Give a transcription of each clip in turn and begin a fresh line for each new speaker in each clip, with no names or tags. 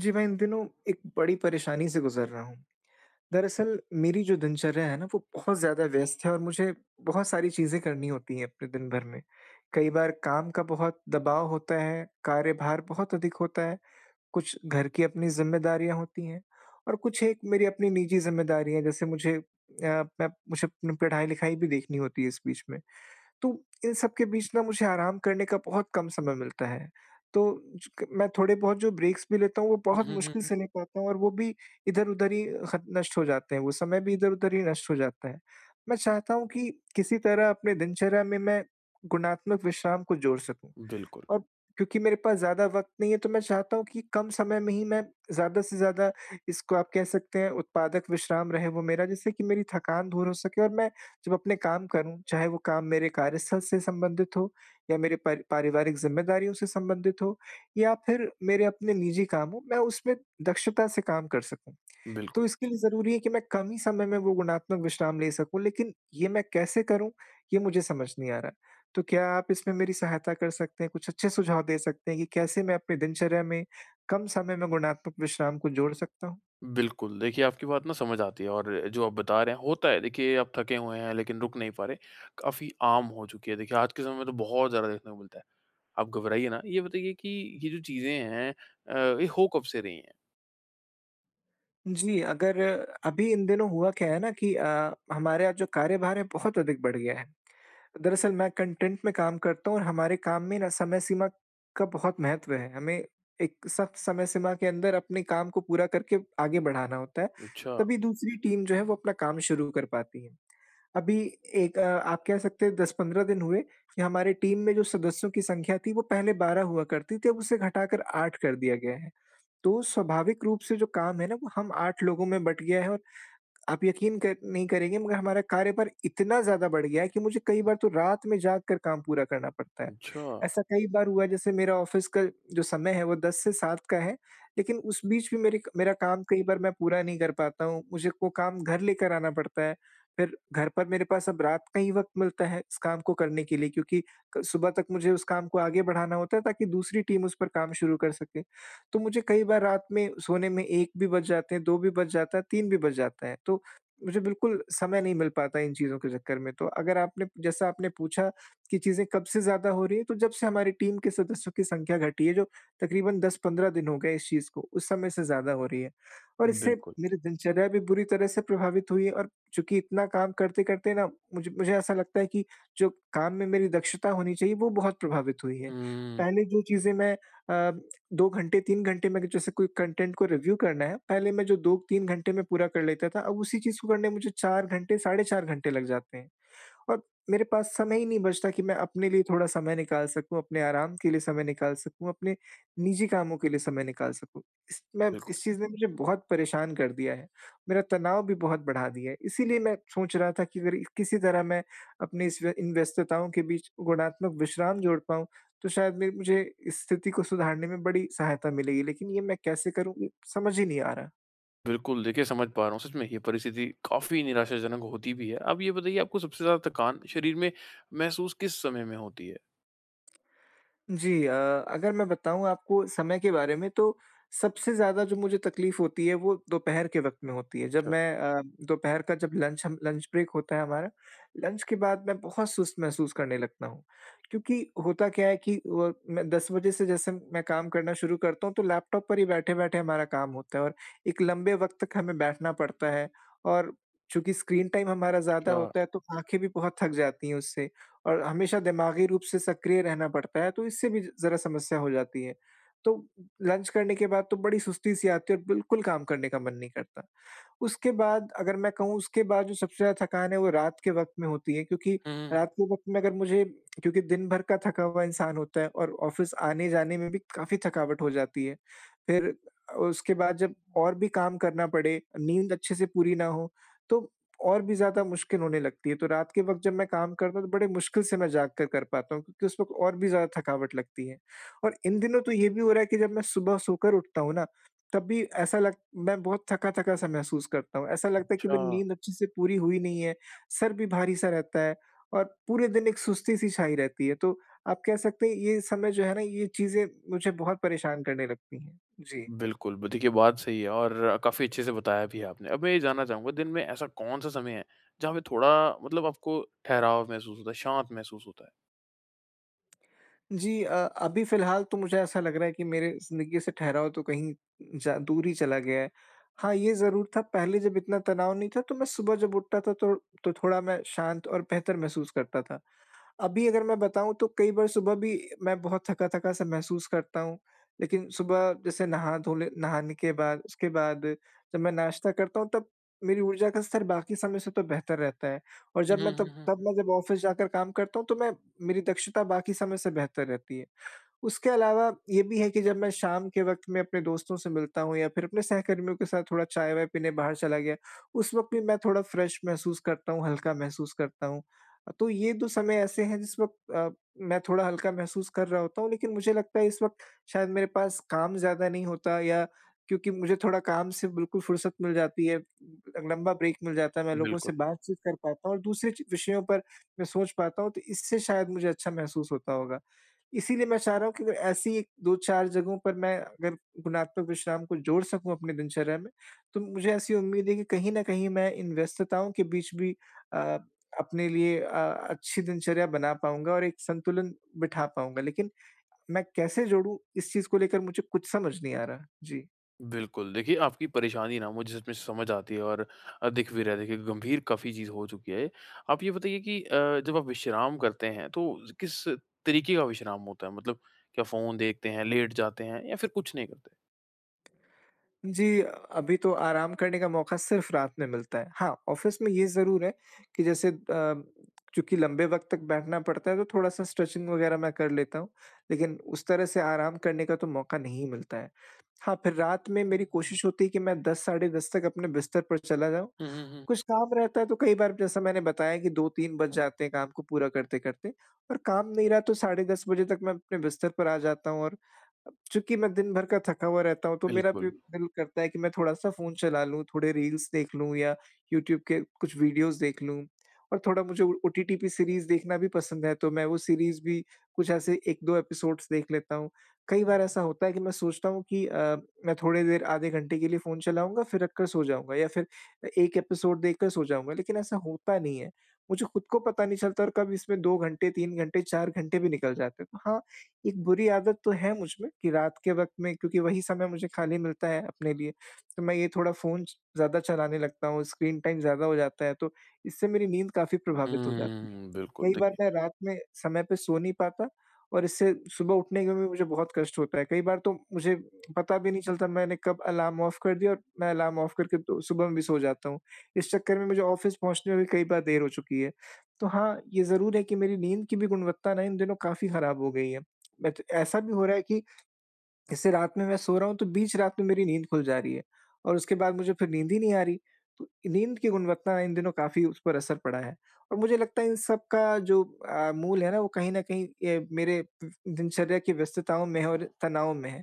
जी, मैं इन दिनों एक बड़ी परेशानी से गुज़र रहा हूँ। दरअसल मेरी जो दिनचर्या है ना वो बहुत ज़्यादा व्यस्त है और मुझे बहुत सारी चीज़ें करनी होती हैं अपने दिन भर में। कई बार काम का बहुत दबाव होता है, कार्यभार बहुत अधिक होता है, कुछ घर की अपनी ज़िम्मेदारियाँ होती हैं और कुछ एक मेरी अपनी निजी ज़िम्मेदारियाँ जैसे मुझे मैं मुझे अपनी पढ़ाई-लिखाई भी देखनी होती है इस बीच में। तो इन सब के बीच ना मुझे आराम करने का बहुत कम समय मिलता है। तो ज क मैं थोड़े बहुत जो ब्रेक्स भी लेता हूँ, वो
हुँ,
बहुत
हुँ, हुँ,
मुश्किल
हुँ।
से ले पाता हूँ और वो भी इधर-उधर ही खत नष्ट हो जाते हैं, वो समय भी इधर-उधर ही नष्ट हो जाता है। मैं चाहता हूँ कि किसी तरह अपने दिनचर्या में मैं गुणात्मक विश्राम को जोड़ सकूँ।
बिल्कुल,
और क्योंकि मेरे पास ज़्यादा वक़्त नहीं है, तो मैं चाहता हूँ कि कम समय में ही मैं ज़्यादा से ज़्यादा इसको आप कह सकते हैं उत्पादक विश्राम रहे वो मेरा, जिससे कि मेरी थकान दूर हो सके और मैं जब अपने काम करूँ, चाहे वो काम मेरे कार्यस्थल से संबंधित हो या मेरे पारिवारिक ज़िम्मेदारियों से संबंधित हो या फिर मेरे अपने निजी काम हो, मैं उसमें दक्षता से काम कर सकूँ।
बिल्कुल,
तो इसके लिए ज़रूरी है कि मैं कम ही समय में वो गुणात्मक विश्राम ले सकूँ, लेकिन ये मैं कैसे करूँ, ये मुझे समझ नहीं आ रहा। तो क्या आप इसमें मेरी सहायता कर सकते हैं, कुछ अच्छे सुझाव दे सकते हैं कि कैसे मैं अपनी दिनचर्या में कम समय में गुणात्मक विश्राम को जोड़ सकता हूँ?
बिल्कुल। देखिए, आपकी बात ना समझ आती है और जो आप बता रहे हैं होता है। देखिए, आप थके हुए हैं लेकिन रुक नहीं पा रहे, काफ़ी आम हो चुकी है। देखिए, आज के समय में तो बहुत ज़्यादा देखने को मिलता है। आप घबराइए ना, ये बताइए कि ये जो चीज़ें हैं ये हो कब से रही हैं?
जी, अगर अभी इन दिनों हुआ क्या है ना कि हमारे यहाँ जो कार्यभार है बहुत अधिक बढ़ गया है। दरअसल मैं कंटेंट में काम करता हूँ और हमारे काम में ना समय सीमा का बहुत महत्व है। हमें एक सख्त समय सीमा के अंदर अपने काम को पूरा करके आगे बढ़ाना होता है,
अच्छा,
तभी दूसरी टीम जो है वो अपना काम शुरू कर पाती है। अभी एक आप कह सकते हैं 10-15 दिन हुए कि हमारी टीम में जो सदस्यों की संख्या थी वो पहले 12 हुआ करती थी, अब उसे घटाकर 8 कर दिया गया है। तो स्वाभाविक रूप से जो काम है ना, वो हम 8 लोगों में बँट गया है और आप यकीन कर नहीं करेंगे मगर हमारा कार्यभार इतना ज़्यादा बढ़ गया है कि मुझे कई बार तो रात में जाग कर काम पूरा करना पड़ता है।
अच्छा।
ऐसा कई बार हुआ जैसे मेरा ऑफ़िस का जो समय है वो 10 से 7 का है, लेकिन उस बीच भी मेरे मेरा काम कई बार मैं पूरा नहीं कर पाता हूँ, मुझे वो काम घर लेकर आना पड़ता है। फिर घर पर मेरे पास अब रात का ही वक़्त मिलता है इस काम को करने के लिए क्योंकि क सुबह तक मुझे उस काम को आगे बढ़ाना होता है ताकि दूसरी टीम उस पर काम शुरू कर सके। तो मुझे कई बार रात में सोने में 1 भी बज जाते हैं, 2 भी बज जाता है, 3 भी बज जाता है। तो मुझे बिल्कुल समय नहीं मिल पाता इन चीज़ों के चक्कर में। तो अगर आपने जैसा आपने पूछा कि चीज़ें कब से ज़्यादा हो रही हैं, तो जब से हमारी टीम के सदस्यों की संख्या घटी है, जो तकरीबन 10-15 दिन हो गए इस चीज़ को, उस समय से ज़्यादा हो रही है। और इससे
बिल्कुल।
मेरी दिनचर्या भी बुरी तरह से प्रभावित हुई है और चूँकि इतना काम करते-करते ना मुझे मुझे ऐसा लगता है कि जो काम में मेरी दक्षता होनी चाहिए, वो बहुत प्रभावित हुई है।
हुँ,
पहले जो चीज़ें मैं अ, 2 घंटे 3 घंटे में अगर जैसे कोई कंटेंट को रिव्यू करना है, पहले मैं जो 2-3 घंटे में पूरा कर लेता था, अब उसी चीज़ को करने में मुझे 4 घंटे, साढ़े 4 घंटे लग जाते हैं। और मेरे पास समय ही नहीं बचता कि मैं अपने लिए थोड़ा समय निकाल सकूँ, अपने आराम के लिए समय निकाल सकूँ, अपने निजी कामों के लिए समय निकाल सकूँ।
बिल्कुल,
इस चीज़ ने मुझे बहुत परेशान कर दिया है। मेरा तनाव भी बहुत बढ़ा दिया है। इसीलिए मैं सोच रहा था कि अगर किसी तरह मैं अपनी इस व्य इन व्यस्तताओं के बीच गुणात्मक विश्राम जोड़ पाऊँ, तो शायद मे मुझे इस स्थिति को सुधारने में बड़ी सहायता मिलेगी। लेकिन ये मैं कैसे करूँ, ये समझ ही नहीं आ रहा।
बिल्कुल। देखिए, समझ पा रहा हूँ सच में ये परिस्थिति काफ़ी निराशाजनक होती भी है। अब ये बताइए आपको सबसे ज़्यादा थकान शरीर में महसूस किस समय में होती है?
जी अगर मैं बताऊँ आपको समय के बारे में तो सबसे ज़्यादा जो मुझे तकलीफ़ होती है वो दोपहर के वक़्त में होती है। जब
अच्छा,
मैं दोपहर का जब लंच ब्रेक होता है हमारा, लंच के बाद मैं बहुत सुस्त महसूस करने लगता हूँ। क्योंकि होता क्या है कि वो मैं 10 बजे से जैसे मैं काम करना शुरू करता हूँ तो लैपटॉप पर ही बैठे-बैठे हमारा काम होता है और एक लंबे वक़्त तक हमें बैठना पड़ता है और चूँकि स्क्रीन टाइम हमारा ज़्यादा
अच्छा।
होता है तो आँखें भी बहुत थक जाती हैं उससे। और हमेशा दिमागी रूप से सक्रिय रहना पड़ता है, तो इससे भी ज़रा समस्या हो जाती है। तो लंच करने के बाद तो बड़ी सुस्ती-सी आती है और बिल्कुल काम करने का मन नहीं करता। उसके बाद अगर मैं कहूँ उसके बाद जो सबसे ज़्यादा थकान है वो रात के वक़्त में होती है क्योंकि
हुँ,
रात के वक़्त में अगर मुझे क्योंकि दिन भर का थका हुआ इंसान होता है और ऑफ़िस आने-जाने में भी काफ़ी थकावट हो जाती है। फिर उसके बाद जब और भी काम करना पड़े, नींद अच्छे से पूरी ना हो, तो और भी ज़्यादा मुश्किल होने लगती है। तो रात के वक़्त जब मैं काम करता हूँ तो बड़े मुश्किल से मैं जाग कर कर पाता हूँ क्योंकि उस वक़्त और भी ज़्यादा थकावट लगती है। और इन दिनों तो ये भी हो रहा है कि जब मैं सुबह सोकर उठता हूँ ना तब भी ऐसा लग मैं बहुत थका-थका सा महसूस करता हूँ। ऐसा लगता है कि
अच्छा।
मेरी नींद अच्छे से पूरी हुई नहीं है, सर भी भारी-सा रहता है और पूरे दिन एक सुस्ती-सी छाई रहती है। तो आप कह सकते हैं ये समय जो है ना, ये चीज़ें मुझे बहुत परेशान करने लगती हैं। जी।
बिल्कुल, ब देखिए बात सही है और काफ़ी अच्छे से बताया भी आपने। अब मैं ये जानना चाहूँगा दिन में ऐसा कौन-सा समय है जहाँ पे थोड़ा मतलब आपको ठहराव महसूस होता है, शांत महसूस होता है?
जी अभी फ़िलहाल तो मुझे ऐसा लग रहा है कि मेरे ज़िंदगी से ठहराव तो कहीं जा दूर ही चला गया है। हाँ, ये ज़रूर था पहले जब इतना तनाव नहीं था तो मैं सुबह जब उठता था तो थोड़ा मैं शांत और बेहतर महसूस करता था। अभी अगर मैं बताऊँ तो कई बार सुबह भी मैं बहुत थका-थका सा महसूस करता हूँ, लेकिन सुबह जैसे नहा धो ले नहाने के बाद उसके बाद जब मैं नाश्ता करता हूँ तब मेरी ऊर्जा का स्तर बाकी समय से तो बेहतर रहता है और
हुँ,
जब मैं
हुँ,
तब
हुँ,
तब
हुँ।
मैं जब ऑफ़िस जाकर काम करता हूँ तो मैं मेरी दक्षता बाकी समय से बेहतर रहती है। उसके अलावा ये भी है कि जब मैं शाम के वक़्त में अपने दोस्तों से मिलता हूँ या फिर अपने सहकर्मियों के साथ थोड़ा चाय-वाय पीने बाहर चला गया, उस वक़्त भी मैं थोड़ा फ्रेश महसूस करता हूँ, हल्का महसूस करता हूँ। तो ये 2 समय ऐसे हैं जिस वक़्त मैं थोड़ा हल्का महसूस कर रहा होता हूँ, लेकिन मुझे लगता है इस वक़्त शायद मेरे पास काम ज़्यादा नहीं होता या क्योंकि मुझे थोड़ा काम से बिल्कुल फुर्सत मिल जाती है, लंबा ब्रेक मिल जाता है, मैं लोगों
बिल्कुल,
से बातचीत कर पाता हूँ और दूसरे च विषयों पर मैं सोच पाता हूँ, तो इससे शायद मुझे अच्छा महसूस होता होगा। इसीलिए मैं चाह रहा हूँ कि अगर ऐसी 2-4 जगहों पर मैं अगर गुणात्मक विश्राम को जोड़ सकूँ अपनी दिनचर्या में, तो मुझे ऐसी उम्मीद है कि कहीं न कहीं मैं इन व्यस्तताओं के बीच भी अ, अपने लिए अच्छी दिनचर्या बना पाऊँगा और एक संतुलन बिठा पाऊँगा। लेकिन मैं कैसे जोड़ूँ, इस चीज़ को लेकर मुझे कुछ समझ नहीं आ रहा। जी।
बिल्कुल। देखिए आपकी परेशानी ना मुझे सच में समझ आती है और दिख भी रहा है देखिए गंभीर काफ़ी चीज़ हो चुकी है ये। आप ये बताइए कि जब आप विश्राम करते हैं तो किस तरीके का विश्राम होता है? मतलब क्या फ़ोन देखते हैं, लेट जाते हैं या फिर कुछ नहीं करते?
जी, अभी तो आराम करने का मौका सिर्फ़ रात में मिलता है। हाँ, ऑफ़िस में ये ज़रूर है कि जैसे चूँकि लंबे वक़्त तक बैठना पड़ता है तो थोड़ा-सा स्ट्रेचिंग वग़ैरह मैं कर लेता हूँ, लेकिन उस तरह से आराम करने का तो मौका नहीं मिलता है। हाँ, फिर रात में मेरी कोशिश होती है कि मैं 10 साढ़े 10 तक अपने बिस्तर पर चला जाऊँ
हुँ, हुँ, हुँ।
कुछ काम रहता है तो कई बार जैसा मैंने बताया कि 2-3 बज जाते हैं काम को पूरा करते-करते और काम नहीं रहा तो साढ़े 10 बजे तक मैं अपने बिस्तर पर आ जाता हूँ और चूँकि मैं दिन भर का थका हुआ रहता हूँ तो मेरा
बिल्कुल।
भी दिल करता है कि मैं थोड़ा-सा फ़ोन चला लूँ, थोड़े रील्स देख लूँ या यूट्यूब के कुछ वीडियोज़ देख लूँ और थोड़ा मुझे ओटीटी पे सीरीज़ देखना भी पसंद है तो मैं वो सीरीज़ भी कुछ ऐसे 1-2 एपिसोड्स देख लेता हूँ। कई बार ऐसा होता है कि मैं सोचता हूँ कि मैं थोड़ी देर आधे घंटे के लिए फ़ोन चलाऊँगा फिर रखकर सो जाऊँगा या फिर एक एपिसोड देखकर सो जाऊँगा, लेकिन ऐसा होता नहीं है। मुझे खुद को पता नहीं चलता और कब इसमें 2 घंटे, 3 घंटे, 4 घंटे भी निकल जाते हैं। तो हाँ, एक बुरी आदत तो है मुझ में कि रात के वक़्त में, क्योंकि वही समय मुझे खाली मिलता है अपने लिए, तो मैं ये थोड़ा फ़ोन च ज़्यादा चलाने लगता हूँ, स्क्रीन टाइम ज़्यादा हो जाता है, तो इससे मेरी नींद काफ़ी प्रभावित हो जाती है।
हुँ,
कई बार मैं रात में समय पे सो नहीं पाता, और इससे सुबह उठने में भी मुझे बहुत कष्ट होता है। कई बार तो मुझे पता भी नहीं चलता मैंने कब अलार्म ऑफ कर दिया, और मैं अलार्म ऑफ करके तो सुबह में भी सो जाता हूँ। इस चक्कर में मुझे ऑफ़िस पहुँचने में भी कई बार देर हो चुकी है। तो हाँ, ये ज़रूर है कि मेरी नींद की भी गुणवत्ता ना इन दिनों काफ़ी खराब हो गई है। बट ऐसा भी हो रहा है कि जैसे रात में मैं सो रहा हूँ, तो बीच रात में मेरी नींद खुल जा रही है और उसके बाद मुझे फिर नींद ही नहीं आ रही। तो नींद की गुणवत्ता इन दिनों काफ़ी, उस पर असर पड़ा है और मुझे लगता है इन सब का जो मूल है ना, वो कहीं न कहीं ये मेरे दिनचर्या की व्यस्तताओं में है और तनाव में है।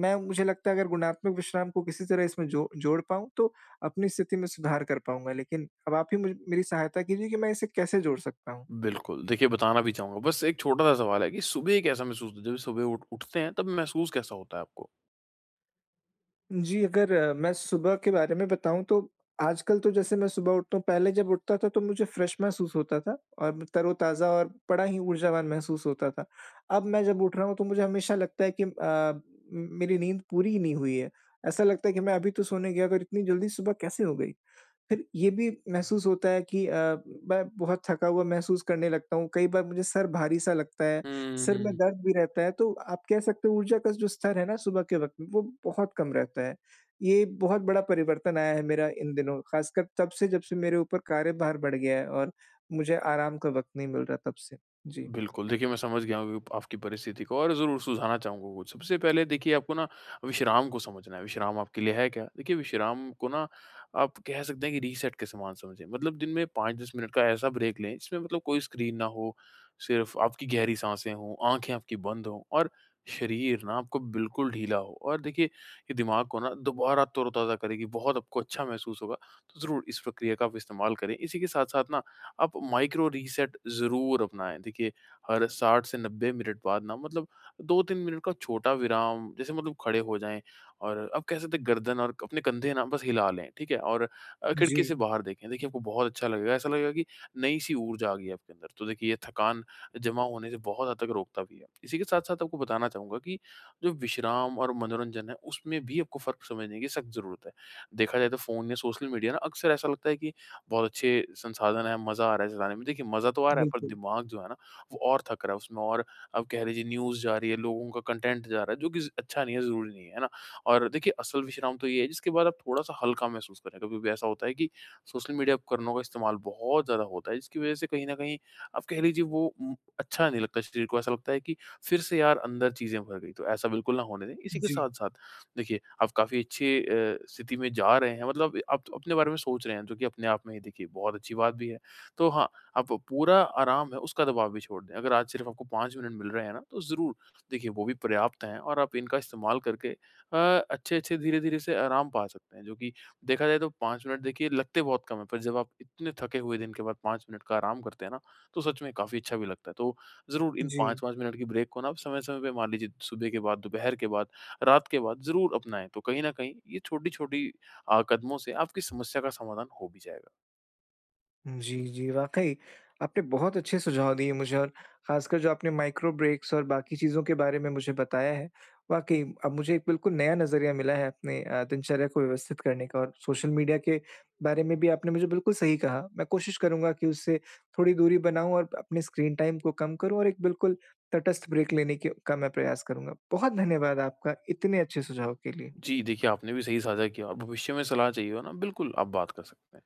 मैं मुझे लगता है अगर गुणात्मक विश्राम को किसी तरह इसमें जो जोड़ पाऊँ तो अपनी स्थिति में सुधार कर पाऊँगा। लेकिन अब आप ही मुझ मेरी सहायता कीजिए कि मैं इसे कैसे जोड़ सकता हूँ?
बिल्कुल, देखिए बताना भी चाहूँगा। बस एक छोटा-सा सवाल है कि सुबह कैसा महसूस होता है? जब सुबह उठ उठते हैं तब महसूस कैसा होता है आपको?
जी, अगर मैं सुबह के बारे में बताऊँ तो आजकल तो जैसे मैं सुबह उठता हूँ, पहले जब उठता था तो मुझे फ्रेश महसूस होता था और तरोताज़ा और बड़ा ही ऊर्जावान महसूस होता था। अब मैं जब उठ रहा हूँ तो मुझे हमेशा लगता है कि मेरी नींद पूरी ही नहीं हुई है। ऐसा लगता है कि मैं अभी तो सोने गया था और इतनी जल्दी सुबह कैसे हो गई? फिर ये भी महसूस होता है कि मैं बहुत थका हुआ महसूस करने लगता हूँ। कई बार मुझे सर भारी-सा लगता है, सिर में
हम्म।
दर्द भी रहता है, तो आप कह सकते हो ऊर्जा का जो स्तर है ना सुबह के वक़्त में, वो बहुत कम रहता है। ये बहुत बड़ा परिवर्तन आया है मेरा इन दिनों, ख़ासकर तब से जब से मेरे ऊपर कार्यभार बढ़ गया है और मुझे आराम का वक़्त नहीं मिल रहा तब से। जी।
बिल्कुल, देखिए मैं समझ गया हूँ कि आपकी परिस्थिति को और ज़रूर सुझाना चाहूँगा कुछ। सबसे पहले देखिए आपको ना विश्राम को समझना है, विश्राम आपके लिए है क्या? देखिए विश्राम को ना आप कह सकते हैं कि रीसेट के समान समझें। मतलब दिन में 5-10 मिनट का ऐसा ब्रेक लें जिसमें मतलब कोई स्क्रीन ना हो, सिर्फ़ आपकी गहरी साँसें हों, आँखें आपकी बंद हों और शरीर ना आपको बिल्कुल ढीला हो। और देखिए ये दिमाग को ना दोबारा तरोताज़ा करेगी, बहुत आपको अच्छा महसूस होगा। तो ज़रूर इस प्रक्रिया का आप इस्तेमाल करें। इसी के साथ-साथ ना आप माइक्रो रीसेट ज़रूर अपनाएँ। देखिए हर 60 से 90 मिनट बाद ना मतलब 2-3 मिनट का छोटा विराम जैसे मतलब खड़े हो जाएँ और आप कह सकते हैं गर्दन और अपने कंधे ना बस हिला लें, ठीक है? और
जी,
खिड़की से बाहर देखें, देखिए आपको बहुत अच्छा लगेगा, ऐसा लगेगा कि नई-सी ऊर्जा आ गई है आपके अंदर। तो देखिए ये थकान जमा होने से बहुत हद तक रोकता भी है। इसी के साथ-साथ आपको बताना चाहूँगा कि जो विश्राम और मनोरंजन है, उसमें भी आपको फ़र्क समझने की सख्त ज़रूरत है। देखा जाए तो फ़ोन या सोशल मीडिया ना अक्सर ऐसा लगता है कि बहुत अच्छे संसाधन हैं, मज़ा आ रहा है चलाने में। देखिए मज़ा तो आ रहा है पर
बिल्कुल।
दिमाग जो है ना वो और थक रहा है उसमें और आप कह लीजिए न्यूज़ जा रही है, लोगों का कंटेंट जा रहा है जो कि ज़ अच्छा नहीं है, ज़रूरी नहीं है, है ना? और देखिए असल विश्राम तो ये है जिसके बाद आप थोड़ा-सा हल्का महसूस करें। कभी-कभी ऐसा होता है कि सोशल मीडिया उपकरणों का इस्तेमाल बहुत ज़्यादा होता है जिसकी वज़ह से कहीं न कहीं आप कह लीजिए वो अच्छा नहीं लगता शरीर को, ऐसा लगता है कि फिर से यार अंदर चीज़ें भर गई, तो ऐसा बिल्कुल ना होने दें। इसी के
जी,
साथ-साथ देखिए आप काफ़ी अच्छी स्थिति में जा रहे हैं मतलब आप अपने बारे में सोच रहे हैं जो कि अपने आप में ही देखिए बहुत अच्छी बात भी है। तो हाँ, आप पूरा आराम है उसका दबाव भी छोड़ दें। अगर आज सिर्फ़ आपको 5 मिनट मिल रहे हैं ना, तो ज़रूर देखिए वो भी पर्याप्त हैं और आप इनका इस्तेमाल करके अ, अच्छे-अच्छे धीरे-धीरे से आराम पा सकते हैं, जो कि देखा जाए तो 5 मिनट देखिए लगते बहुत कम है, पर जब आप इतने थके हुए दिन के बाद 5 मिनट का आराम करते हैं ना, तो सच में काफ़ी अच्छा भी लगता है। तो ज़रूर इन
जी।
5-5 मिनट की ब्रेक को ना आप समय-समय पे मान लीजिए सुबह के बाद, दोपहर के बाद, रात के बाद ज़रूर अपनाएँ। तो कहीं न कहीं ये छोटी-छोटी कदमों से आपकी समस्या का समाधान हो भी जाएगा।
जी, जी, वाक़ई आपने बहुत अच्छे सुझाव दिए मुझे, और ख़ासकर जो आपने माइक्रो ब्रेक्स और बाकी चीज़ों के बारे में मुझे बताया है, वाक़ई अब मुझे एक बिल्कुल नया नज़रिया मिला है अपने दिनचर्या को व्यवस्थित करने का। और सोशल मीडिया के बारे में भी आपने मुझे बिल्कुल सही कहा। मैं कोशिश करूँगा कि उससे थोड़ी दूरी बनाऊँ और अपने स्क्रीन टाइम को कम करूँ, और एक बिल्कुल तटस्थ ब्रेक लेने के का मैं प्रयास करूँगा। बहुत धन्यवाद आपका इतने अच्छे सुझाव के लिए।
जी, देखिए आपने भी सही साझा किया और भविष्य में सलाह चाहिए हो ना, बिल्कुल आप बात कर सकते हैं।